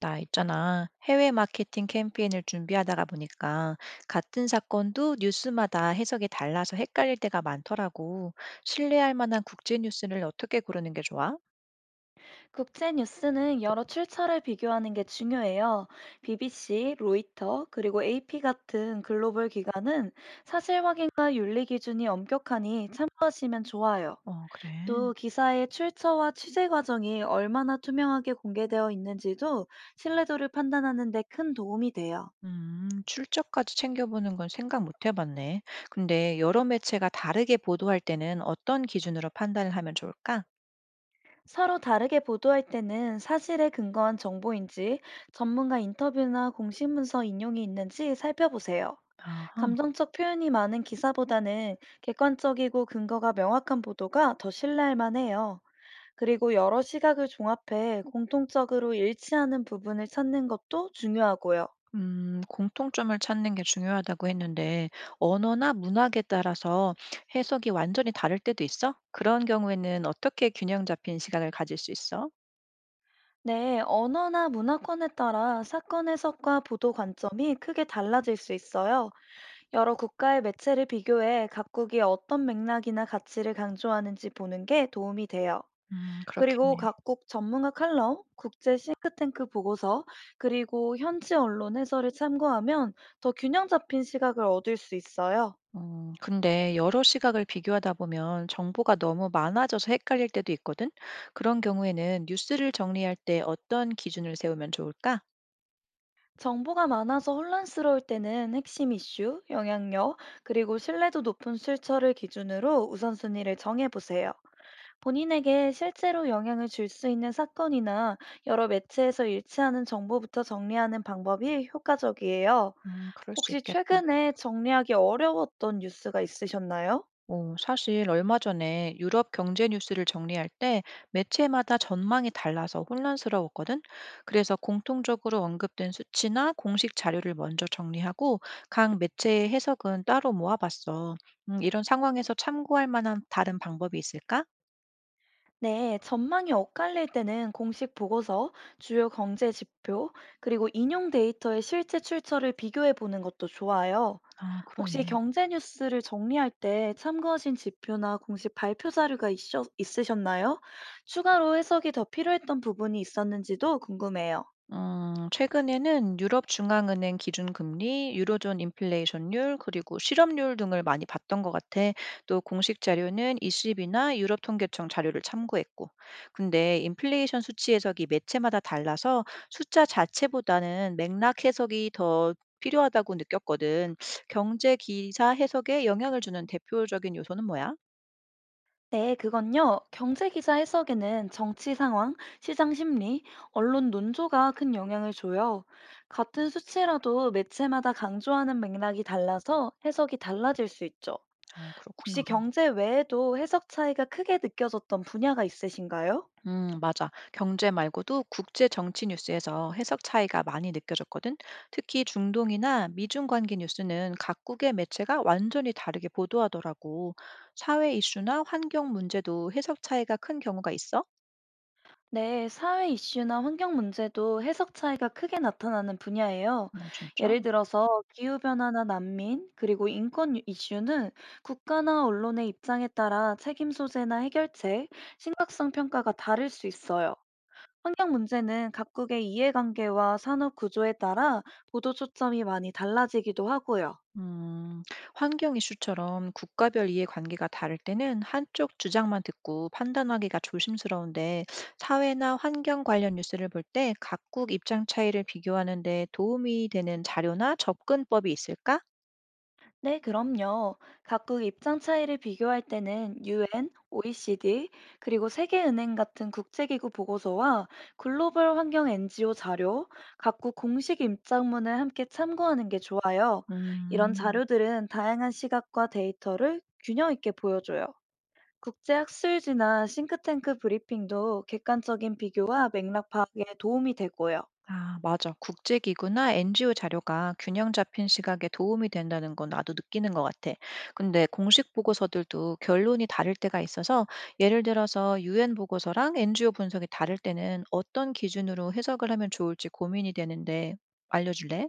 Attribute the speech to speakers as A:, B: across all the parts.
A: 나 있잖아. 해외 마케팅 캠페인을 준비하다가 보니까 같은 사건도 뉴스마다 해석이 달라서 헷갈릴 때가 많더라고. 신뢰할 만한 국제 뉴스를 어떻게 고르는 게 좋아?
B: 국제 뉴스는 여러 출처를 비교하는 게 중요해요. BBC, 로이터, 그리고 AP 같은 글로벌 기관은 사실 확인과 윤리 기준이 엄격하니 참고하시면 좋아요.
A: 어, 그래.
B: 또 기사의 출처와 취재 과정이 얼마나 투명하게 공개되어 있는지도 신뢰도를 판단하는 데 큰 도움이 돼요.
A: 출처까지 챙겨보는 건 생각 못 해봤네. 근데 여러 매체가 다르게 보도할 때는 어떤 기준으로 판단을 하면 좋을까?
B: 서로 다르게 보도할 때는 사실에 근거한 정보인지 전문가 인터뷰나 공식 문서 인용이 있는지 살펴보세요.
A: 아하.
B: 감정적 표현이 많은 기사보다는 객관적이고 근거가 명확한 보도가 더 신뢰할 만해요. 그리고 여러 시각을 종합해 공통적으로 일치하는 부분을 찾는 것도 중요하고요.
A: 공통점을 찾는 게 중요하다고 했는데, 언어나 문학에 따라서 해석이 완전히 다를 때도 있어? 그런 경우에는 어떻게 균형 잡힌 시각을 가질 수 있어?
B: 네, 언어나 문화권에 따라 사건 해석과 보도 관점이 크게 달라질 수 있어요. 여러 국가의 매체를 비교해 각국이 어떤 맥락이나 가치를 강조하는지 보는 게 도움이 돼요. 그리고
A: 그렇겠네.
B: 각국 전문가 칼럼, 국제 싱크탱크 보고서, 그리고 현지 언론 해설을 참고하면 더 균형 잡힌 시각을 얻을 수 있어요.
A: 근데 여러 시각을 비교하다 보면 정보가 너무 많아져서 헷갈릴 때도 있거든? 그런 경우에는 뉴스를 정리할 때 어떤 기준을 세우면 좋을까?
B: 정보가 많아서 혼란스러울 때는 핵심 이슈, 영향력, 그리고 신뢰도 높은 출처를 기준으로 우선순위를 정해보세요. 본인에게 실제로 영향을 줄 수 있는 사건이나 여러 매체에서 일치하는 정보부터 정리하는 방법이 효과적이에요.
A: 그럴 수
B: 혹시
A: 있겠다.
B: 최근에 정리하기 어려웠던 뉴스가 있으셨나요?
A: 어, 사실 얼마 전에 유럽 경제 뉴스를 정리할 때 매체마다 전망이 달라서 혼란스러웠거든. 그래서 공통적으로 언급된 수치나 공식 자료를 먼저 정리하고 각 매체의 해석은 따로 모아봤어. 이런 상황에서 참고할 만한 다른 방법이 있을까?
B: 네, 전망이 엇갈릴 때는 공식 보고서, 주요 경제 지표, 그리고 인용 데이터의 실제 출처를 비교해 보는 것도 좋아요.
A: 아,
B: 혹시
A: 그러네.
B: 경제 뉴스를 정리할 때 참고하신 지표나 공식 발표 자료가 있으셨나요? 추가로 해석이 더 필요했던 부분이 있었는지도 궁금해요.
A: 최근에는 유럽 중앙은행 기준금리, 유로존 인플레이션율, 그리고 실업률 등을 많이 봤던 것 같아. 또 공식 자료는 ECB나 유럽 통계청 자료를 참고했고. 근데 인플레이션 수치 해석이 매체마다 달라서 숫자 자체보다는 맥락 해석이 더 필요하다고 느꼈거든. 경제 기사 해석에 영향을 주는 대표적인 요소는 뭐야?
B: 네, 그건요. 경제 기자 해석에는 정치 상황, 시장 심리, 언론 논조가 큰 영향을 줘요. 같은 수치라도 매체마다 강조하는 맥락이 달라서 해석이 달라질 수 있죠.
A: 어, 그렇구나.
B: 혹시 경제 외에도 해석 차이가 크게 느껴졌던 분야가 있으신가요?
A: 맞아. 경제 말고도 국제 정치 뉴스에서 해석 차이가 많이 느껴졌거든. 특히 중동이나 미중 관계 뉴스는 각국의 매체가 완전히 다르게 보도하더라고. 사회 이슈나 환경 문제도 해석 차이가 큰 경우가 있어?
B: 네, 사회 이슈나 환경 문제도 해석 차이가 크게 나타나는 분야예요.
A: 어, 진짜?
B: 예를 들어서 기후변화나 난민, 그리고 인권 이슈는 국가나 언론의 입장에 따라 책임 소재나 해결책, 심각성 평가가 다를 수 있어요. 환경 문제는 각국의 이해관계와 산업 구조에 따라 보도 초점이 많이 달라지기도 하고요.
A: 음, 환경 이슈처럼 국가별 이해관계가 다를 때는 한쪽 주장만 듣고 판단하기가 조심스러운데 사회나 환경 관련 뉴스를 볼 때 각국 입장 차이를 비교하는 데 도움이 되는 자료나 접근법이 있을까?
B: 네, 그럼요. 각국 입장 차이를 비교할 때는 UN, OECD, 그리고 세계은행 같은 국제기구 보고서와 글로벌 환경 NGO 자료, 각국 공식 입장문을 함께 참고하는 게 좋아요. 이런
A: 음.
B: 자료들은 다양한 시각과 데이터를 균형 있게 보여줘요. 국제학술지나 싱크탱크 브리핑도 객관적인 비교와 맥락 파악에 도움이 되고요.
A: 아, 맞아. 국제기구나 NGO 자료가 균형 잡힌 시각에 도움이 된다는 건 나도 느끼는 것 같아. 근데 공식 보고서들도 결론이 다를 때가 있어서 예를 들어서 UN 보고서랑 NGO 분석이 다를 때는 어떤 기준으로 해석을 하면 좋을지 고민이 되는데 알려줄래?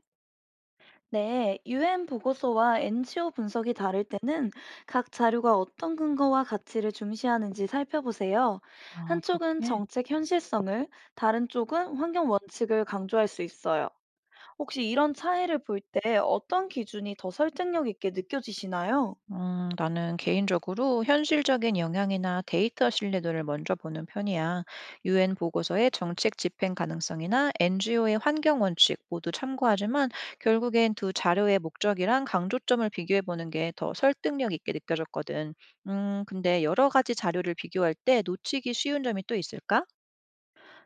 B: 네, UN 보고서와 NGO 분석이 다를 때는 각 자료가 어떤 근거와 가치를 중시하는지 살펴보세요.
A: 아,
B: 한쪽은
A: 그렇게.
B: 정책 현실성을, 다른 쪽은 환경 원칙을 강조할 수 있어요. 혹시 이런 차이를 볼 때 어떤 기준이 더 설득력 있게 느껴지시나요?
A: 나는 개인적으로 현실적인 영향이나 데이터 신뢰도를 먼저 보는 편이야. 유엔 보고서의 정책 집행 가능성이나 NGO의 환경 원칙 모두 참고하지만 결국엔 두 자료의 목적이랑 강조점을 비교해 보는 게 더 설득력 있게 느껴졌거든. 근데 여러 가지 자료를 비교할 때 놓치기 쉬운 점이 또 있을까?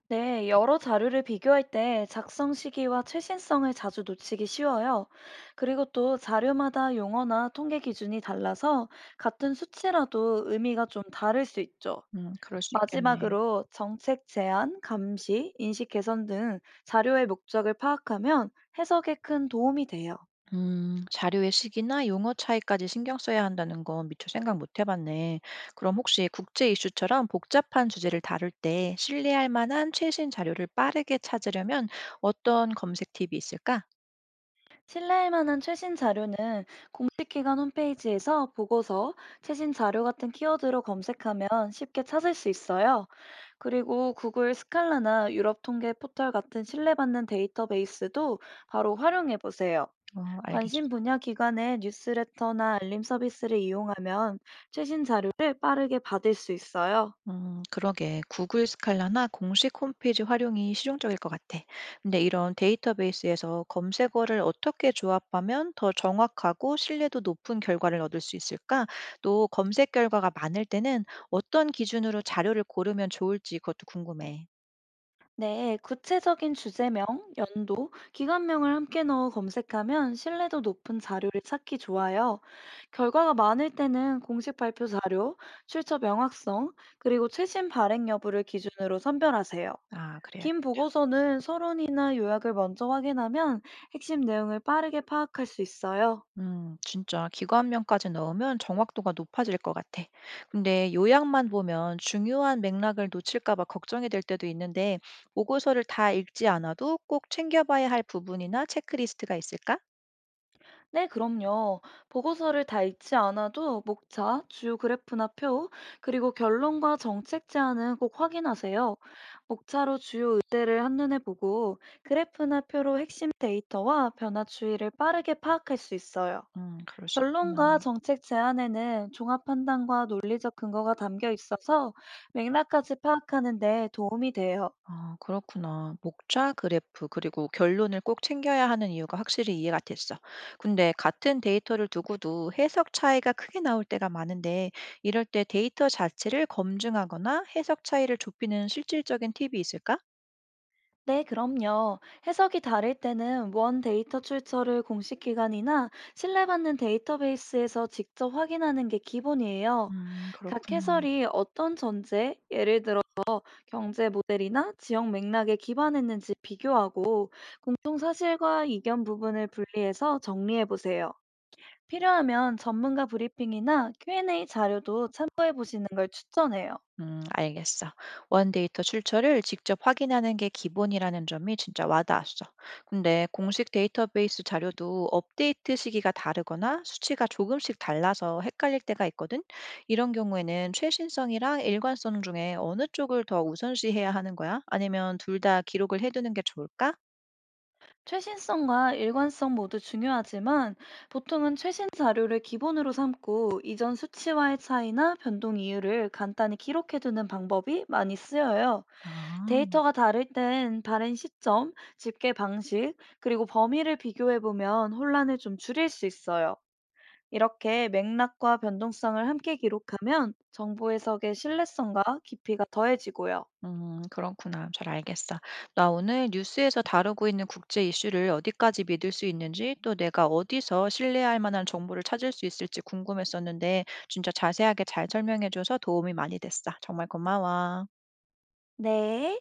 B: 네, 여러 자료를 비교할 때 작성 시기와 최신성을 자주 놓치기 쉬워요. 그리고 또 자료마다 용어나 통계 기준이 달라서 같은 수치라도 의미가 좀 다를 수 있죠.
A: 그럴 수 있겠네.
B: 마지막으로 정책 제안, 감시, 인식 개선 등 자료의 목적을 파악하면 해석에 큰 도움이 돼요.
A: 자료의 시기나 용어 차이까지 신경 써야 한다는 건 미처 생각 못 해봤네. 그럼 혹시 국제 이슈처럼 복잡한 주제를 다룰 때 신뢰할 만한 최신 자료를 빠르게 찾으려면 어떤 검색 팁이 있을까?
B: 신뢰할 만한 최신 자료는 공식 기관 홈페이지에서 보고서, 최신 자료 같은 키워드로 검색하면 쉽게 찾을 수 있어요. 그리고 구글 스칼라나 유럽 통계 포털 같은 신뢰받는 데이터베이스도 바로 활용해 보세요.
A: 어, 알니
B: 관심
A: 다
B: 분야 기관의 뉴스레터나 알림 서비스를 이용하면 최신 자료를 빠르게 받을 수 있어요.
A: 그러게. 구글 스칼라나 공식 홈페이지 활용이 실용적일 것 같아. 근데 이런 데이터베이스에서 검색어를 어떻게 조합하면 더 정확하고 신뢰도 높은 결과를 얻을 수 있을까? 또 검색 결과가 많을 때는 어떤 기준으로 자료를 고르면 좋을지 그것도 궁금해.
B: 네, 구체적인 주제명, 연도, 기관명을 함께 넣어 검색하면 신뢰도 높은 자료를 찾기 좋아요. 결과가 많을 때는 공식 발표 자료, 출처 명확성, 그리고 최신 발행 여부를 기준으로 선별하세요.
A: 아,
B: 긴
A: 그래야겠다.
B: 보고서는 서론이나 요약을 먼저 확인하면 핵심 내용을 빠르게 파악할 수 있어요.
A: 진짜 기관명까지 넣으면 정확도가 높아질 것 같아. 근데 요약만 보면 중요한 맥락을 놓칠까 봐 걱정이 될 때도 있는데, 보고서를 다 읽지 않아도 꼭 챙겨봐야 할 부분이나 체크리스트가 있을까?
B: 네, 그럼요. 보고서를 다 읽지 않아도 목차, 주요 그래프나 표, 그리고 결론과 정책 제안은 꼭 확인하세요. 목차로 주요 의제를 한눈에 보고 그래프나 표로 핵심 데이터와 변화 추이를 빠르게 파악할 수 있어요.
A: 그럴 수 있구나.
B: 결론과 정책 제안에는 종합 판단과 논리적 근거가 담겨 있어서 맥락까지 파악하는 데 도움이 돼요.
A: 아, 그렇구나. 목차 그래프 그리고 결론을 꼭 챙겨야 하는 이유가 확실히 이해가 됐어. 근데 같은 데이터를 두고도 해석 차이가 크게 나올 때가 많은데 이럴 때 데이터 자체를 검증하거나 해석 차이를 좁히는 실질적인 팁이 있을까?
B: 네, 그럼요. 해석이 다를 때는 원 데이터 출처를 공식 기관이나 신뢰받는 데이터베이스에서 직접 확인하는 게 기본이에요. 각
A: 그렇구나.
B: 해설이 어떤 전제, 예를 들어 경제 모델이나 지역 맥락에 기반했는지 비교하고 공통 사실과 이견 부분을 분리해서 정리해 보세요. 필요하면 전문가 브리핑이나 Q&A 자료도 참고해 보시는 걸 추천해요.
A: 알겠어. 원데이터 출처를 직접 확인하는 게 기본이라는 점이 진짜 와닿았어. 근데 공식 데이터베이스 자료도 업데이트 시기가 다르거나 수치가 조금씩 달라서 헷갈릴 때가 있거든. 이런 경우에는 최신성이랑 일관성 중에 어느 쪽을 더 우선시해야 하는 거야? 아니면 둘 다 기록을 해두는 게 좋을까?
B: 최신성과 일관성 모두 중요하지만 보통은 최신 자료를 기본으로 삼고 이전 수치와의 차이나 변동 이유를 간단히 기록해두는 방법이 많이 쓰여요.
A: 아.
B: 데이터가 다를 땐 발행 시점, 집계 방식, 그리고 범위를 비교해보면 혼란을 좀 줄일 수 있어요. 이렇게 맥락과 변동성을 함께 기록하면 정보 해석의 신뢰성과 깊이가 더해지고요.
A: 그렇구나. 잘 알겠어. 나 오늘 뉴스에서 다루고 있는 국제 이슈를 어디까지 믿을 수 있는지, 또 내가 어디서 신뢰할 만한 정보를 찾을 수 있을지 궁금했었는데, 진짜 자세하게 잘 설명해줘서 도움이 많이 됐어. 정말 고마워.
B: 네.